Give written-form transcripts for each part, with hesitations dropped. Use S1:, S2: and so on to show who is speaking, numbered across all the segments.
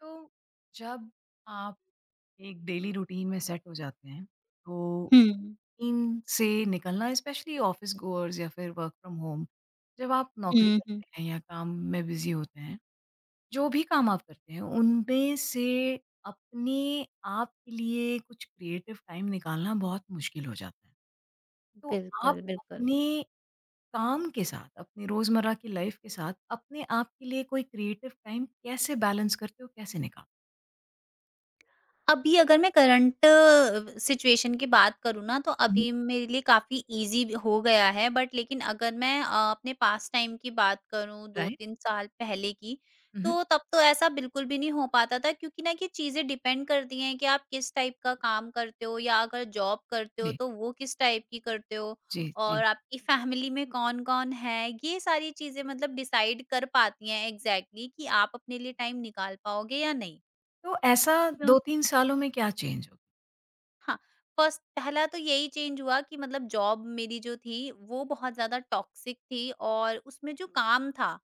S1: तो जब आप एक डेली रूटीन में सेट हो जाते हैं, तो
S2: हुँ।
S1: इन से निकलना स्पेशली ऑफिस गोअर्स या फिर वर्क फ्रॉम होम, जब आप
S2: हुँ,
S1: नौकरी
S2: हुँ, हुँ।
S1: करते हैं या काम में बिजी होते हैं, जो भी काम आप करते हैं उनमें से अपने आप के लिए कुछ क्रिएटिव टाइम निकालना बहुत मुश्किल हो जाता है। तो आप
S2: बिल्कुल, बिल्कुल।
S1: अपने काम के साथ, अपने रोजमर्रा की लाइफ के साथ, अपने आप के लिए कोई क्रिएटिव टाइम कैसे बैलेंस करते हो, कैसे निकालते?
S2: अभी अगर मैं करंट सिचुएशन की बात करूँ ना, तो अभी मेरे लिए काफ़ी ईज़ी भी हो गया है, बट लेकिन अगर मैं अपने पास्ट टाइम की बात करूँ
S1: राइट
S2: 2-3 साल पहले की,
S1: हो।
S2: तो तब तो ऐसा बिल्कुल भी नहीं हो पाता था। क्योंकि ना ये चीज़ें डिपेंड करती हैं कि आप किस टाइप का काम करते हो, या अगर जॉब करते हो
S1: जी
S2: तो वो किस टाइप की करते हो,
S1: जी, जी।
S2: और आपकी फैमिली में कौन-कौन है। ये सारी चीज़ें मतलब डिसाइड कर पाती हैं एग्ज़ैक्टली कि आप अपने लिए टाइम निकाल पाओगे या नहीं।
S1: तो ऐसा 2-3 सालों में क्या चेंज हो?
S2: हाँ, फर्स्ट पहला तो यही चेंज हुआ कि मतलब जॉब मेरी जो थी, वो बहुत ज़्यादा टॉक्सिक थी, और उसमें जो काम था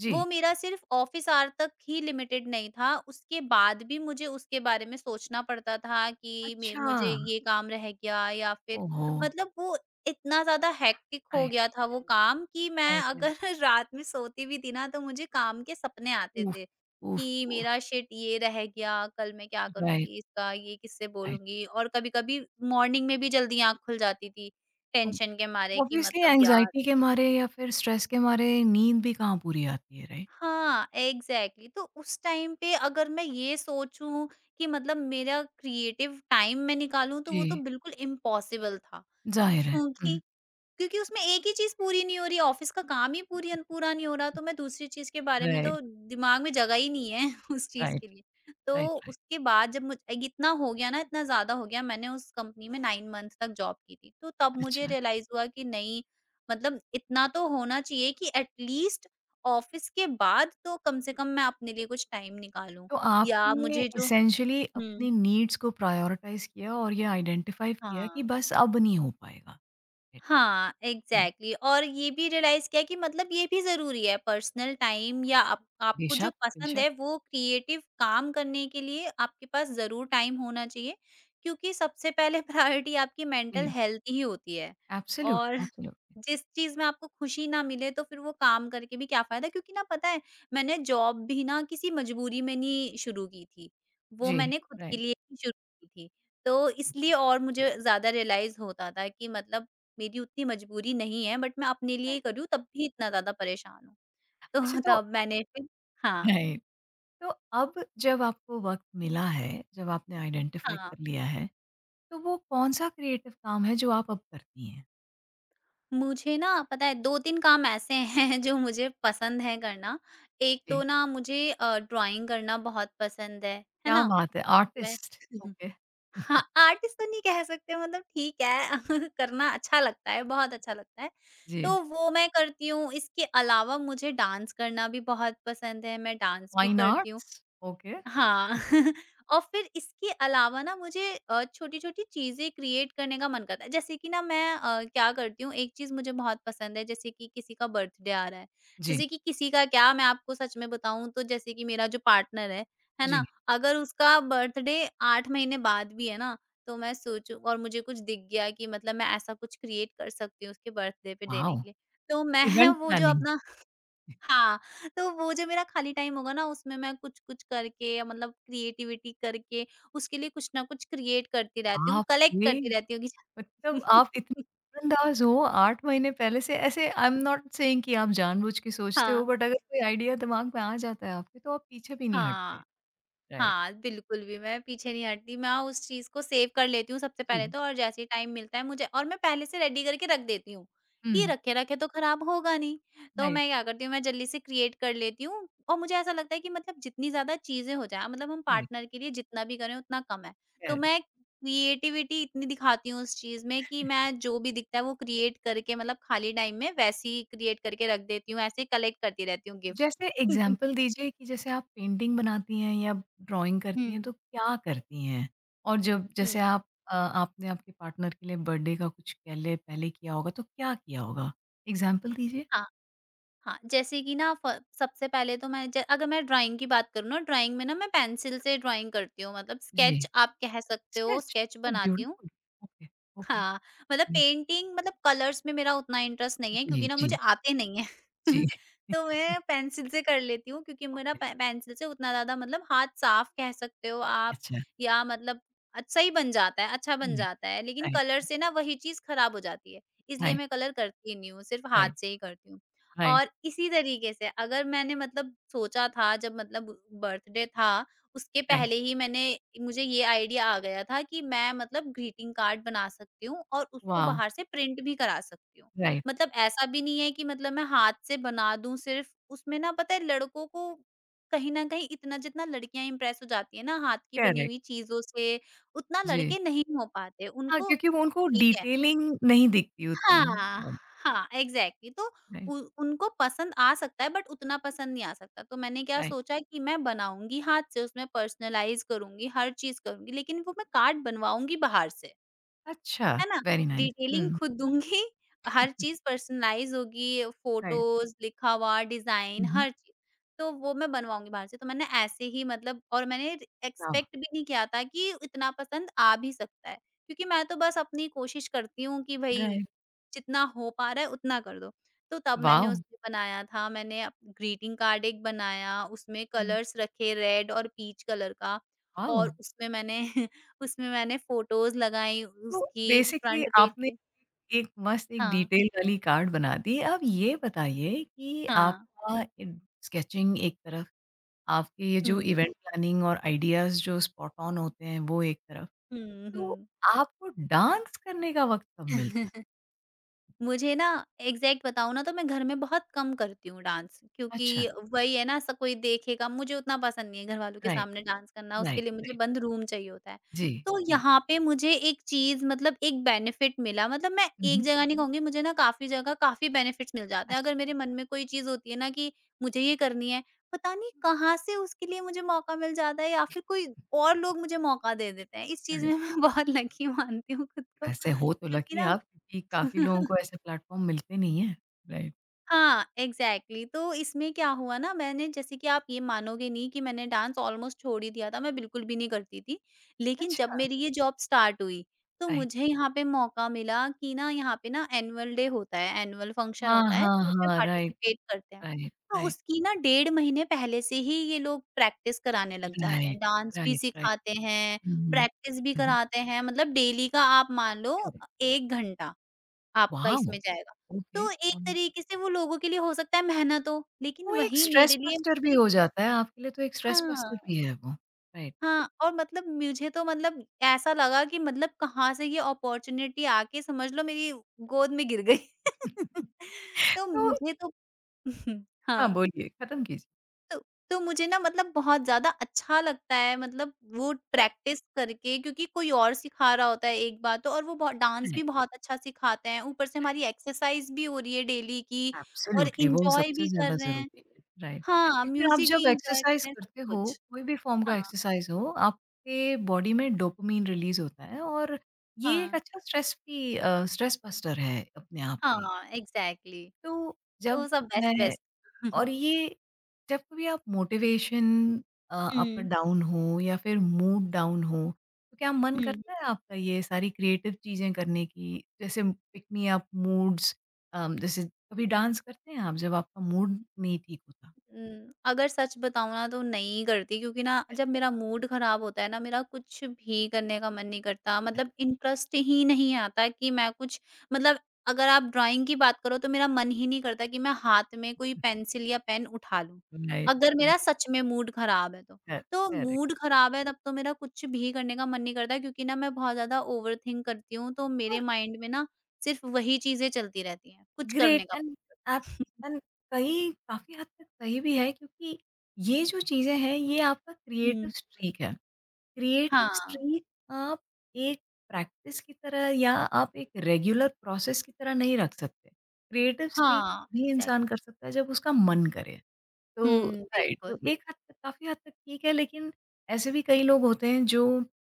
S1: जी।
S2: वो मेरा सिर्फ ऑफिस आवर तक ही लिमिटेड नहीं था, उसके बाद भी मुझे उसके बारे में सोचना पड़ता था कि मे
S1: अच्छा,
S2: मुझे ये काम रह गया, या फिर
S1: ओहो!
S2: मतलब वो इतना ज़्यादा हेक्टिक हो
S1: राइट,
S2: गया था वो काम, कि मैं
S1: राइट, राइट।
S2: अगर रात में सोती भी थी ना, तो मुझे काम के सपने आते
S1: ऊफ,
S2: थे,
S1: ऊफ,
S2: कि
S1: ऊफ।
S2: मेरा शिट ये रह गया, कल मैं क्या
S1: राइट,
S2: करूँगी इसका, ये किससे
S1: राइट।
S2: बोलूँगी। और कभी-कभी मॉर्निंग में भी जल्दी आँख खुल जाती थी,
S1: ओ
S2: टेंशन के मारे कि
S1: ऑब्वियसली
S2: मतलब यार।
S1: एंग्ज़ायटी के मारे या फिर स्ट्रेस के मारे नींद भी कहाँ पूरी आती है, राइट?
S2: हाँ, एग्ज़ैक्टली। तो उस टाइम पे अगर मैं ये सोचूँ कि मतलब मेरा क्रिएटिव टाइम मैं निकालूँ, तो वो तो
S1: जी,
S2: बिल्कुल इम्पॉसिबल था।
S1: ज़ाहिर है। हुँ।
S2: क्योंकि क्योंकि उसमें एक ही चीज़ पूरी नहीं हो रही है, ऑफ़िस का काम ही पूरी अन पूरा नहीं हो रहा, तो मैं दूसरी चीज़ के बारे में,
S1: राइट,
S2: तो दिमाग में जगह ही नहीं है उस चीज़
S1: राइट,
S2: के लिए। तो
S1: राइट, राइट।
S2: उसके बाद जब मुझ एक इतना हो गया ना, इतना ज़्यादा हो गया, मैंने उस कंपनी में 9 मंथ तक जॉब की थी। तो तब मुझे
S1: अच्छा,
S2: रियलाइज़ हुआ कि नहीं, मतलब इतना तो होना चाहिए कि एट लीस्ट ऑफ़िस के बाद तो कम से कम मैं अपने लिए कुछ टाइम निकालूँ,
S1: तो
S2: या
S1: आपने
S2: मुझे जो।
S1: एसेंशियली
S2: हुँ,
S1: अपनी नीड्स को प्रायोरिटाइज़ किया और ये आइडेंटिफ़ाई किया कि
S2: हाँ।
S1: बस अब नहीं हो पाएगा।
S2: हाँ,
S1: हुँ,
S2: एग्ज़ैक्टली। और ये भी रियलाइज़ किया कि मतलब ये भी ज़रूरी है, पर्सनल टाइम, या आप आपको जो
S1: बेशक,
S2: पसंद
S1: बेशक।
S2: है वो क्रिएटिव काम करने के लिए आपके पास ज़रूर टाइम होना चाहिए, क्योंकि सबसे पहले प्रायोरिटी आपकी मेंटल
S1: जी,
S2: हेल्थ ही होती है। और
S1: एब्सोल्यूटली, एब्सोल्यूटली।
S2: जिस चीज़ में आपको खुशी ना मिले, तो फिर वो काम करके भी क्या फ़ायदा, क्योंकि ना पता है, मैंने जॉब भी ना किसी मजबूरी में नहीं शुरू की थी, वो
S1: जी,
S2: मैंने खुद के
S1: राइट।
S2: लिए ही शुरू की थी। तो इसलिए और मुझे ज़्यादा रियलाइज़ होता था कि मतलब मेरी उतनी मजबूरी नहीं है, बट मैं अपने लिए ही
S1: राइट।
S2: कर रही हूँ, तब भी इतना ज़्यादा परेशान हूँ। तो
S1: अच्छा तो
S2: तब मैंने फिर। हाँ,
S1: राइट, तो अब जब आपको वक़्त मिला है, जब आपने आइडेंटिफ़ाई
S2: हाँ।
S1: कर लिया है, तो वो कौन-सा क्रिएटिव काम है जो आप अब करती हैं?
S2: मुझे ना पता है, 2-3 काम ऐसे हैं जो मुझे पसंद है करना। एक तो
S1: जी,
S2: ना मुझे ड्राइंग करना बहुत पसंद है
S1: क्या
S2: ना?
S1: बात है!
S2: मैं
S1: आर्टिस्ट, ओके,
S2: हाँ, आर्टिस्ट तो नहीं कह सकते मतलब, ठीक है, करना अच्छा लगता है, बहुत अच्छा लगता है।
S1: जी,
S2: तो वो मैं करती हूँ, इसके अलावा मुझे डांस करना भी बहुत पसंद है, मैं डांस भी
S1: फाइन
S2: करती हूँ।
S1: आर्ट्स, ओके,
S2: हाँ और फिर इसके अलावा ना मुझे छोटी-छोटी चीज़ें क्रिएट करने का मन करता है। जैसे कि ना मैं क्या करती हूँ, एक चीज़ मुझे बहुत पसंद है, जैसे कि किसी का बर्थडे आ रहा है,
S1: जी,
S2: जैसे कि किसी का क्या, मैं आपको सच में बताऊँ तो जैसे कि मेरा जो पार्टनर है
S1: जी,
S2: ना? अगर उसका बर्थडे 8 महीने बाद भी है ना, तो मैं सोचूँ और मुझे कुछ दिख गया कि मतलब मैं ऐसा कुछ क्रिएट कर सकती हूँ उसके बर्थडे पे देने
S1: वॉव!
S2: के लिए। तो
S1: तो
S2: मैं
S1: इवेंट
S2: वो जो
S1: प्लानिंग,
S2: अपना। हाँ, तो वो जो मेरा खाली टाइम होगा ना, उसमें मैं कुछ-कुछ करके या मतलब क्रिएटिविटी करके उसके लिए कुछ ना कुछ क्रिएट करती रहती हूँ,
S1: बाप
S2: कलेक्ट
S1: रे!
S2: करती रहती हूँ कि।
S1: मतलब आप इतने नज़रअंदाज हो। 8 महीने पहले से ऐसे आई एम नॉट सेइंग कि आप जानबूझ के सोचते हो,
S2: हाँ,
S1: बट अगर कोई आइडिया दिमाग में आ जाता है आपके, तो आप पीछे भी नहीं हटते।
S2: हाँ।
S1: राइट।
S2: हाँ, बिल्कुल भी मैं पीछे नहीं हटती, मैं उस चीज़ को सेव कर लेती हूँ सबसे पहले
S1: जी।
S2: तो, और जैसे ही टाइम मिलता है मुझे, और मैं पहले से रेडी करके रख देती हूँ, कि
S1: हुँ,
S2: रखे-रखे तो खराब होगा नहीं। तो
S1: राइट,
S2: मैं क्या करती हूँ, मैं जल्दी से क्रिएट कर लेती हूँ। और मुझे ऐसा लगता है कि मतलब जितनी ज़्यादा चीज़ें हो जाएँ, मतलब हम
S1: राइट,
S2: पार्टनर के लिए जितना भी करें उतना कम है। तो
S1: करेक्ट।
S2: मैं क्रिएटिविटी इतनी दिखाती हूँ उस चीज़ में, कि मैं जो भी दिखता है वो क्रिएट करके मतलब खाली टाइम में वैसे ही क्रिएट करके रख देती हूँ, ऐसे ही कलेक्ट करती रहती हूँ
S1: जैसे
S2: गिफ्ट।
S1: एग्ज़ाम्पल दीजिए कि जैसे आप पेंटिंग बनाती हैं या ड्राइंग करती हैं, तो
S2: हुँ।
S1: क्या करती हैं? और जब जैसे
S2: हुँ।
S1: आप, आपने आपके पार्टनर के लिए बर्थडे का कुछ पहले पहले किया होगा, तो क्या किया होगा? एग्ज़ाम्पल दीजिए।
S2: हाँ, जैसे कि ना फ सबसे पहले तो मैं ज अगर मैं ड्राइंग की बात करूँ ना, ड्राइंग में ना मैं पेंसिल से ड्राइंग करती हूँ, मतलब
S1: जी,
S2: स्केच आप कह सकते हो,
S1: स्केच?
S2: स्केच
S1: ओह
S2: बनाती हूँ।
S1: ब्यूटीफुल! Okay, okay.
S2: हाँ, मतलब
S1: हुँ,
S2: पेंटिंग, मतलब कलर्स में मेरा उतना इंटरेस्ट नहीं है,
S1: जी,
S2: क्योंकि ना
S1: जी,
S2: मुझे आते नहीं हैं।
S1: जी।
S2: तो मैं पेंसिल से कर लेती हूँ, क्योंकि मेरा
S1: ओके,
S2: पे पेंसिल से उतना ज़्यादा मतलब हाथ साफ कह सकते हो आप,
S1: अच्छा।
S2: या मतलब अच्छा ही बन जाता है, अच्छा बन
S1: राइट,
S2: जाता है। लेकिन
S1: राइट,
S2: कलर से ना वही चीज़ खराब हो जाती है, इसलिए
S1: राइट,
S2: मैं कलर करती ही नहीं हूँ, सिर्फ हाथ
S1: राइट,
S2: से ही करती हूँ।
S1: राइट,
S2: और इसी तरीके से अगर मैंने मतलब सोचा था, जब मतलब बर्थडे था, उसके
S1: राइट।
S2: पहले ही मैंने मुझे ये आइडिया आ गया था कि मैं मतलब ग्रीटिंग कार्ड बना सकती हूँ, और उसको
S1: वॉव!
S2: बाहर से प्रिंट भी करा सकती हूँ।
S1: राइट,
S2: मतलब ऐसा भी नहीं है कि मतलब मैं हाथ से बना दूँ सिर्फ़, उसमें ना पता है लड़कों को कहीं न कहीं इतना जितना लड़कियाँ इम्प्रेस हो जाती हैं ना हाथ की बनी
S1: करेक्ट।
S2: हुई चीज़ों से, उतना
S1: जी।
S2: लड़के नहीं हो पाते।
S1: हाँ,
S2: उनको
S1: क्योंकि वो उनको
S2: ठीक है,
S1: डिटेलिंग नहीं दिखती उतना।
S2: हाँ,
S1: हुँ।
S2: हाँ, एग्ज़ैक्टली। तो
S1: राइट,
S2: उ उनको पसंद आ सकता है, बट उतना पसंद नहीं आ सकता। तो मैंने क्या
S1: राइट।
S2: सोचा कि मैं बनाऊँगी हाथ से, उसमें पर्सनलाइज़ करूँगी, हर चीज़ करूँगी, लेकिन वो मैं कार्ड बनवाऊँगी बाहर से।
S1: अच्छा,
S2: है ना?
S1: Very nice.
S2: डिटेलिंग
S1: हुँ,
S2: खुद दूँगी, हर चीज़ पर्सनलाइज़ होगी,
S1: राइट।
S2: फोटोज़, लिखा हुआ, डिज़ाइन,
S1: हुँ, हुँ।
S2: हर चीज़। तो वो मैं बनवाऊँगी बाहर से। तो मैंने ऐसे ही मतलब, और मैंने
S1: हाँ।
S2: एक्सपेक्ट भी नहीं किया था कि इतना पसंद आ भी सकता है, क्योंकि मैं तो बस अपनी कोशिश करती हूँ कि भई,
S1: राइट।
S2: जितना हो पा रहा है उतना कर दो। तो तब मैंने
S1: वॉव!
S2: उसमें बनाया था, मैंने अप ग्रीटिंग कार्ड एक बनाया, उसमें
S1: हुँ।
S2: कलर्स रखे, रेड और पीच कलर का,
S1: वॉव!
S2: और उसमें मैंने उसमें मैंने फ़ोटोज़ लगाई
S1: तो
S2: उसकी
S1: बेसिकली
S2: फ्रंट पेज
S1: आपने
S2: पे।
S1: एक मस्त, एक
S2: हाँ,
S1: डिटेल वाली कार्ड बना दी। अब ये बताइए कि
S2: हाँ।
S1: आपका इन स्केचिंग एक तरफ, आपके ये जो
S2: हुँ।
S1: इवेंट प्लानिंग और आइडियाज़ जो स्पॉट ऑन होते हैं, वो एक तरफ।
S2: हुँ,
S1: तो
S2: हुँ।
S1: आपको डांस करने का वक़्त कब मिलता है?
S2: मुझे ना एग्ज़ैक्ट बताऊँ ना, तो मैं घर में बहुत कम करती हूँ डांस,
S1: अच्छा,
S2: क्योंकि वही है ना, स कोई देखेगा, मुझे उतना पसंद नहीं है घरवालों के
S1: राइट,
S2: सामने डांस करना, उसके
S1: राइट,
S2: लिए मुझे
S1: राइट।
S2: बंद रूम चाहिए होता है।
S1: जी,
S2: तो यहाँ पे मुझे एक चीज़ मतलब एक बेनिफिट मिला, मतलब मैं एक
S1: जी।
S2: जगह नहीं कहूँगी, मुझे ना काफ़ी जगह काफ़ी बेनिफिट्स मिल जाते हैं।
S1: अच्छा,
S2: अगर मेरे मन में कोई चीज़ होती है ना कि मुझे ये करनी है, पता नहीं कहाँ से उसके लिए मुझे मौका मिल जाता है, या फिर कोई और लोग मुझे मौका दे देते हैं। इस चीज़
S1: राइट।
S2: में मैं बहुत लकी मानती हूँ खुद को,
S1: वैसे हो तो
S2: क्योंकि
S1: लकी
S2: ना।
S1: आप, क्योंकि काफ़ी लोगों को ऐसे प्लेटफ़ॉर्म मिलते नहीं हैं, राइट।
S2: हाँ, एग्ज़ैक्टली। तो इसमें क्या हुआ ना, मैंने जैसे कि आप ये मानोगे नहीं कि मैंने डांस ऑलमोस्ट छोड़ ही दिया था, मैं बिल्कुल भी नहीं करती थी। लेकिन जब
S1: अच्छा,
S2: मेरी ये जॉब स्टार्ट हुई, तो
S1: राइट।
S2: मुझे यहाँ पे मौका मिला कि ना यहाँ पे ना एनुअल डे होता है, एनुअल फंक्शन
S1: हाँ,
S2: होता है,
S1: हाँ,
S2: तो उसमें
S1: हाँ, राइट,
S2: पार्टिसिपेट करते हैं।
S1: राइट,
S2: तो
S1: राइट,
S2: उसकी ना 1.5 महीने पहले से ही ये लोग प्रैक्टिस कराने लग जाते
S1: राइट,
S2: हैं, डांस भी
S1: राइट, राइट।
S2: सिखाते हैं,
S1: हुँ, हुँ।
S2: प्रैक्टिस भी
S1: हुँ, हुँ।
S2: कराते हैं, मतलब डेली का आप मान लो
S1: करेक्ट।
S2: 1 घंटा। आपका
S1: वॉव!
S2: इसमें जाएगा।
S1: ओके,
S2: तो एक
S1: हुँ।
S2: तरीके से वो लोगों के लिए हो सकता है मेहनत हो, लेकिन
S1: वो एक
S2: वही
S1: स्ट्रेस
S2: मेरे लिए
S1: बस्टर भी
S2: मुझे।
S1: हो जाता है, आपके लिए तो एक स्ट्रेस
S2: हाँ,
S1: बस्टर भी है वो, राइट।
S2: हाँ, और मतलब मुझे तो, मतलब ऐसा लगा कि मतलब कहाँ से ये अपॉर्च्युनिटी आके समझ लो मेरी गोद में गिर गई। तो
S1: तो
S2: मुझे तो
S1: हाँ,
S2: हाँ।
S1: बोलिए, खत्म कीजिए।
S2: तो तो मुझे ना मतलब बहुत ज़्यादा अच्छा लगता है, मतलब वो
S1: राइट,
S2: प्रैक्टिस करके, क्योंकि कोई और सिखा रहा होता है एक बार तो, और वो बहुत डांस भी
S1: राइट।
S2: बहुत अच्छा सिखाते हैं, ऊपर से हमारी एक्सरसाइज़ भी हो रही है डेली की, और
S1: एब्सोल्युटली, वो
S2: एन्जॉय
S1: सबसे
S2: भी कर
S1: ज़्यादा
S2: रहे हैं,
S1: ज़रूरी है, राइट।
S2: हाँ,
S1: क्योंकि आप
S2: म्यूज़िक
S1: जब
S2: भी एन्जॉय कर
S1: एक्सरसाइज़
S2: रहे हैं, सब
S1: करते हो,
S2: कुछ।
S1: कोई भी फ़ॉर्म का
S2: हाँ,
S1: एक्सरसाइज़ हो, आपके बॉडी में डोपामाइन रिलीज़ होता है और ये एक
S2: हाँ,
S1: अच्छा स्ट्रेस भी, स्ट्रेस बस्टर है अपने आप में।
S2: हाँ, एग्ज़ैक्टली,
S1: तो जब
S2: तो सब
S1: मैं
S2: बेस्ट-बेस्ट। हुँ,
S1: और ये जब कभी आप मोटिवेशन अप
S2: हुँ,
S1: डाउन हो या फिर मूड डाउन हो, तो क्या मन
S2: हुँ।
S1: करता है आपका ये सारी क्रिएटिव चीजें करने की, जैसे पिक मी अप मूड्स, जैसे कभी डांस करते हैं आप जब आपका मूड नहीं ठीक होता?
S2: अगर सच बताऊँ ना, तो नहीं करती, क्योंकि ना जब
S1: अच्छा,
S2: मेरा मूड खराब होता है ना, मेरा कुछ भी करने का मन नहीं करता,
S1: अच्छा।
S2: मतलब इंटरेस्ट ही नहीं आता कि मैं कुछ, मतलब अगर आप ड्राइंग की बात करो तो मेरा मन ही नहीं करता कि मैं हाथ में कोई पेंसिल या पेन उठा लूँ,
S1: राइट,
S2: अगर मेरा
S1: राइट,
S2: सच में मूड खराब है तो।
S1: कर-
S2: तो मूड
S1: करेक्ट।
S2: खराब है तब तो मेरा कुछ भी करने का मन नहीं करता, क्योंकि ना मैं बहुत ज़्यादा ओवरथिंक करती हूँ, तो
S1: और
S2: मेरे माइंड में ना सिर्फ़ वही चीज़ें चलती रहती हैं, कुछ
S1: ग्रेट
S2: करने का
S1: एंड आप एंड कई काफी हद तक सही भी है, क्योंकि ये जो चीजें हैं, ये आपका क्रिएटिव
S2: हुँ,
S1: स्ट्रीक है, क्रिएटिव
S2: हाँ,
S1: स्ट्रीक। आप एक प्रैक्टिस की तरह, या आप एक रेगुलर प्रोसेस की तरह नहीं रख सकते। क्रिएटिव स्ट्रीक
S2: हाँ,
S1: तभी
S2: एग्ज़ैक्ट
S1: इंसान कर सकता है जब उसका मन करे। तो
S2: हुँ,
S1: राइट। तो
S2: बिल्कुल।
S1: एक हद तक, काफ़ी हद तक ठीक है, लेकिन ऐसे भी कई लोग होते हैं जो,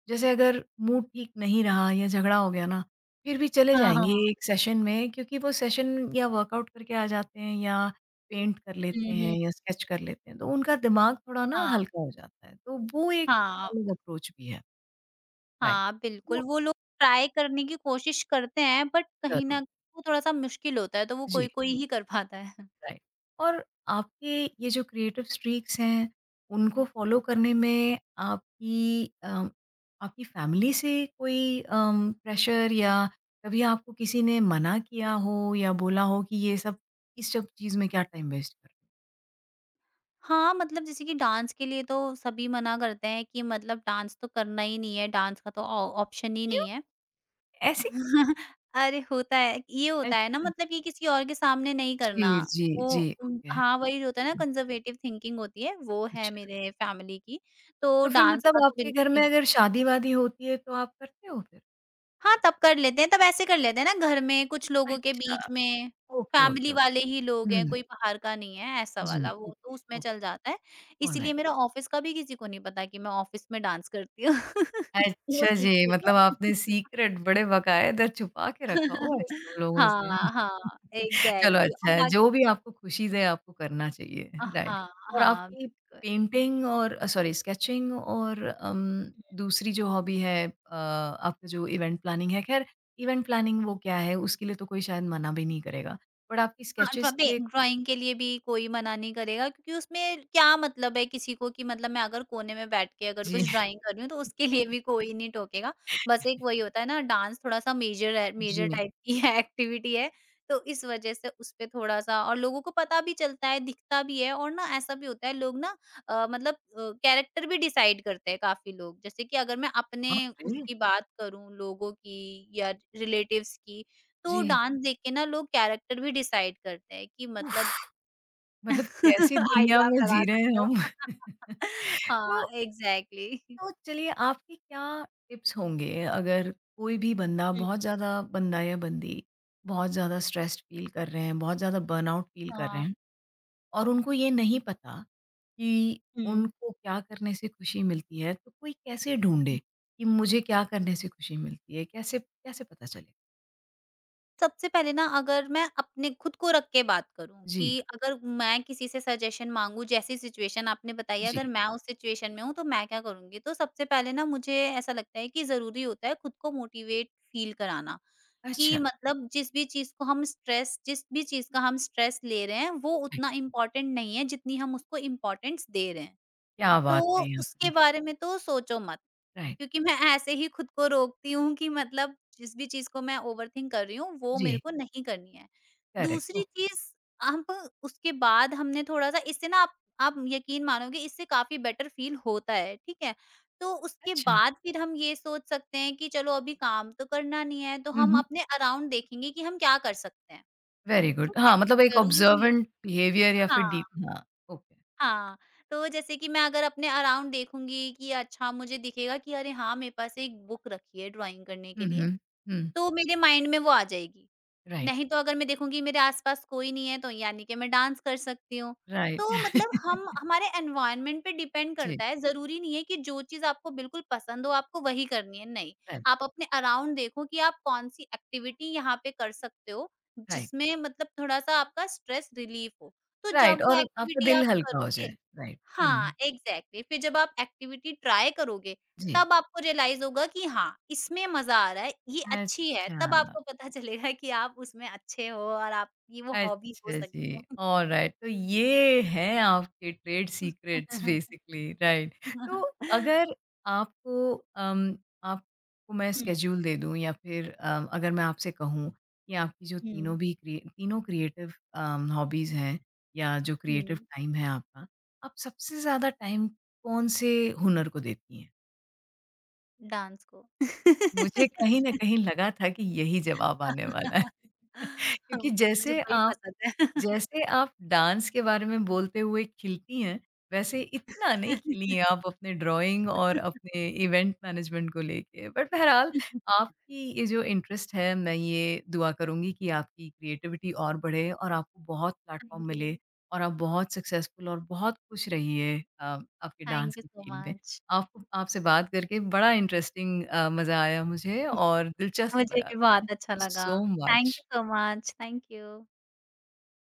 S1: जैसे अगर मूड ठीक नहीं रहा या झगड़ा हो गया ना, फिर भी चले
S2: हाँ,
S1: जाएंगे
S2: हाँ।
S1: एक सेशन में, क्योंकि वो सेशन या वर्कआउट करके आ जाते हैं या पेंट कर लेते
S2: हुँ,
S1: हैं
S2: हुँ।
S1: या स्केच कर लेते हैं, तो उनका दिमाग थोड़ा ना
S2: हाँ,
S1: हल्का हो जाता है, तो वो एक
S2: हाँ,
S1: अलग अप्रोच भी है, राइट।
S2: हाँ, बिल्कुल।
S1: वो
S2: वो लोग ट्राई करने की कोशिश करते हैं बट कहीं न
S1: जरूर।
S2: वो थोड़ा-सा मुश्किल होता है तो वो
S1: जी,
S2: कोई-कोई ही कर पाता है।
S1: राइट। और आपके ये जो क्रिएटिव स्ट्रीक्स हैं, उनको फॉलो करने में आपकी, आपकी फैमिली से कोई प्रेशर, या कभी आपको किसी ने मना किया हो या बोला हो कि ये सब, इस सब चीज में क्या टाइम वेस्ट कर रहे हो?
S2: हाँ, मतलब जैसे कि डांस के लिए तो सभी मना करते हैं कि मतलब डांस तो करना ही नहीं है, डांस का तो ऑ ऑप्शन ही
S1: क्यों,
S2: नहीं है।
S1: ऐसी?
S2: अरे! होता है, ये होता है ना,
S1: अच्छा
S2: मतलब ये किसी और के सामने नहीं
S1: जी,
S2: करना।
S1: जी
S2: वो
S1: जी, ओके,
S2: हाँ, वही होता है ना,
S1: हम्म,
S2: कंज़र्वेटिव थिंकिंग होती है, वो है
S1: अच्छा।
S2: मेरे फैमिली की। तो
S1: तो फिर
S2: डांस
S1: मतलब
S2: का तो
S1: आपके घर
S2: बिल्कुल
S1: में
S2: ही
S1: अगर शादी वादी होती है तो आप करते हो फिर?
S2: हाँ, तब कर लेते हैं, तब ऐसे कर लेते हैं ना घर में कुछ लोगों के
S1: अच्छा,
S2: बीच में,
S1: ओके ओके
S2: फैमिली
S1: ओके,
S2: वाले ही लोग हैं,
S1: हम्म,
S2: कोई बाहर का नहीं है, ऐसा
S1: जी,
S2: वाला, वो तो
S1: ओके
S2: उसमें
S1: ओके,
S2: चल जाता है। इसीलिए
S1: ऑलराइट।
S2: मेरा ऑफ़िस का भी किसी को नहीं पता कि मैं ऑफ़िस में डांस करती हूँ, वो
S1: अच्छा
S2: सीख
S1: जी,
S2: लेगा।
S1: मतलब आपने सीक्रेट बड़े बाकायदा छुपा के रखा हुआ है सब लोगों से।
S2: हाँ, हाँ,
S1: चलो
S2: एग्ज़ैक्टली
S1: अच्छा
S2: और
S1: है, जो
S2: बाकी
S1: भी आपको खुशी दे आपको करना चाहिए, राइट।
S2: हाँ,
S1: और
S2: हाँ,
S1: आपकी
S2: बिल्कुल।
S1: पेंटिंग और, सॉरी, स्केचिंग और, दूसरी जो हॉबी है, आपका जो इवेंट प्लानिंग है, ख़ैर इवेंट प्लानिंग वो क्या है, उसके लिए तो कोई शायद मना भी नहीं करेगा। बट आपकी
S2: हाँ,
S1: स्केचेज़ के लिए?
S2: ड्राइंग के लिए भी कोई मना नहीं करेगा क्योंकि उसमें क्या मतलब है किसी को कि मतलब मैं अगर कोने में बैठ के अगर
S1: जी,
S2: कुछ ड्राइंग कर रही हूँ तो उसके लिए भी कोई नहीं टोकेगा। बस एक वही होता है ना, डांस थोड़ा-सा मेजर है, मेजर
S1: जी।
S2: टाइप की है, एक्टिविटी है, तो इस वजह से उस पे थोड़ा-सा और लोगों को पता भी चलता है, दिखता भी है और ना ऐसा भी होता है लोग ना अ, मतलब अ, कैरेक्टर भी डिसाइड करते हैं काफ़ी लोग। जैसे कि अगर मैं अपने
S1: बाप रे!
S2: उसकी बात करूँ लोगों की या रिलेटिव्स की तो
S1: जी।
S2: डांस देख के ना लोग कैरेक्टर भी डिसाइड करते हैं कि मतलब
S1: उफ़! मतलब कैसी दुनिया
S2: आइडिया आप
S1: में
S2: लगा
S1: जी रहे हैं
S2: सकते हो।
S1: हम।
S2: हाँ,
S1: तो
S2: एग्ज़ैक्टली।
S1: तो चलिए, आपके क्या टिप्स होंगे अगर कोई भी बंदा
S2: हुँ।
S1: बहुत ज़्यादा, बंदा या बंदी बहुत ज़्यादा स्ट्रेस्ड फील कर रहे हैं, बहुत ज़्यादा बर्नआउट फील कर रहे
S2: हाँ।
S1: हैं, और उनको ये नहीं पता कि
S2: हुँ,
S1: उनको क्या करने से खुशी मिलती है, तो कोई कैसे ढूंढे
S2: हुँ।
S1: कि मुझे क्या करने से खुशी मिलती है, कैसे कैसे पता चले?
S2: सबसे पहले ना अगर मैं अपने खुद को रख के बात करूँ
S1: जी,
S2: कि अगर मैं किसी से सजेशन माँगूँ जैसी सिचुएशन आपने बताई,
S1: जी,
S2: अगर मैं उस सिचुएशन में हूँ तो मैं क्या करूँगी? तो सबसे पहले ना मुझे ऐसा लगता है कि ज़रूरी होता है खुद को मोटिवेट फ़ील कराना। कि
S1: अच्छा।
S2: मतलब जिस भी चीज़ का हम स्ट्रेस ले रहे हैं, वो उतना इम्पोर्टेंट नहीं है जितनी हम उसको इम्पोर्टेंस दे रहे हैं।
S1: क्या बात
S2: तो
S1: कही
S2: उसके
S1: आपने!
S2: बारे में तो सोचो मत।
S1: राइट।
S2: क्योंकि मैं ऐसे ही खुद को रोकती हूँ कि मतलब जिस भी चीज़ को मैं ओवरथिंक कर रही हूँ वो मेरे
S1: जी,
S2: को नहीं करनी है।
S1: करेक्ट,
S2: दूसरी
S1: ओके,
S2: चीज़, हम उसके बाद हमने थोड़ा-सा इससे ना आप यकीन मानोगे, इससे काफ़ी बेटर फ़ील होता है, ठीक है? तो उसके
S1: अच्छा,
S2: बाद फिर हम ये सोच सकते हैं कि चलो अभी काम तो करना नहीं है, तो हम अपने अराउंड देखेंगे कि हम क्या कर सकते हैं,
S1: वेरी
S2: ठीक
S1: गुड।
S2: है?
S1: हाँ, मतलब एक
S2: ज़रूरी नहीं है
S1: ऑब्जर्वेंट बिहेवियर, या फिर डीप।
S2: हाँ।
S1: हाँ, ओके।
S2: हाँ, तो जैसे कि मैं अगर अपने अराउंड देखूँगी कि अच्छा मुझे दिखेगा कि अरे हाँ, मेरे पास एक बुक रखी है ड्राइंग करने के
S1: हुँ,
S2: लिए,
S1: हुँ, हुँ।
S2: तो मेरे माइंड में वो आ जाएगी।
S1: राइट,
S2: नहीं तो अगर मैं देखूँगी मेरे आस-पास कोई नहीं है तो यानी कि मैं डांस कर सकती हूँ।
S1: राइट।
S2: तो मतलब हम, हमारे एनवायरनमेंट पे डिपेंड
S1: जी,
S2: करता है, ज़रूरी नहीं है कि जो चीज़ आपको बिल्कुल पसंद हो आपको वही करनी है, नहीं।
S1: राइट,
S2: आप अपने अराउंड देखो कि आप कौन-सी एक्टिविटी यहाँ पे कर सकते हो,
S1: राइट,
S2: जिसमें मतलब थोड़ा-सा आपका स्ट्रेस रिलीफ़ हो। तो जब
S1: राइट,
S2: वो
S1: और आपका
S2: एक्टिविटी
S1: दिल
S2: आप
S1: हल्का हो जाए।
S2: करोगे,
S1: राइट, हुँ,
S2: हाँ, एग्ज़ैक्टली, फिर जब आप एक्टिविटी ट्राय करोगे
S1: जी।
S2: तब आपको रियलाइज़ होगा कि हाँ, इसमें मज़ा आ रहा है, ये अच्छी है, तब
S1: अच्छा।
S2: आपको पता चलेगा कि आप उसमें अच्छे हो और आपकी वो हॉबी हो
S1: अच्छा
S2: सकती
S1: जी,
S2: है।
S1: ऑलराइट, तो ये हैं आपके ट्रेड सीक्रेट्स बेसिकली, राइट। तो अगर आपको, आपको मैं
S2: हुँ, हुँ,
S1: स्केड्यूल दे दूँ या फिर, अगर मैं आपसे कहूँ कि आपकी जो तीनों भी, क्रिए तीनों क्रिएटिव, हॉबीज़ हैं, या जो क्रिएटिव
S2: हुँ।
S1: टाइम है आपका, आप सबसे ज़्यादा टाइम कौन-से हुनर को देती हैं?
S2: डांस को।
S1: मुझे कहीं न कहीं लगा था कि यही जवाब आने वाला है।
S2: हाँ,
S1: क्योंकि
S2: मुझे
S1: जैसे
S2: वही
S1: आप,
S2: पसंद है।
S1: जैसे आप डांस के बारे में बोलते हुए खिलती हैं, वैसे इतना नहीं खिली हैं आप अपने ड्राइंग और अपने इवेंट मैनेजमेंट को लेके। बट बहरहाल, आपकी ये जो इंटरेस्ट है, मैं ये दुआ करूँगी कि आपकी क्रिएटिविटी और बढ़े और आपको बहुत प्लेटफ़ॉर्म
S2: थैंक यू,
S1: मिले, और आप बहुत सक्सेसफुल और बहुत खुश रहिए, आपके डांस
S2: थैंक यू
S1: की
S2: सो
S1: फ़ील्ड में।
S2: मच।
S1: आपको, आपसे बात करके बड़ा इंटरेस्टिंग, मज़ा आया मुझे और दिलचस्प
S2: मुझे
S1: लगा।
S2: भी
S1: थैंक यू
S2: बहुत अच्छा लगा।
S1: So
S2: thank you
S1: much.
S2: So much, thank you.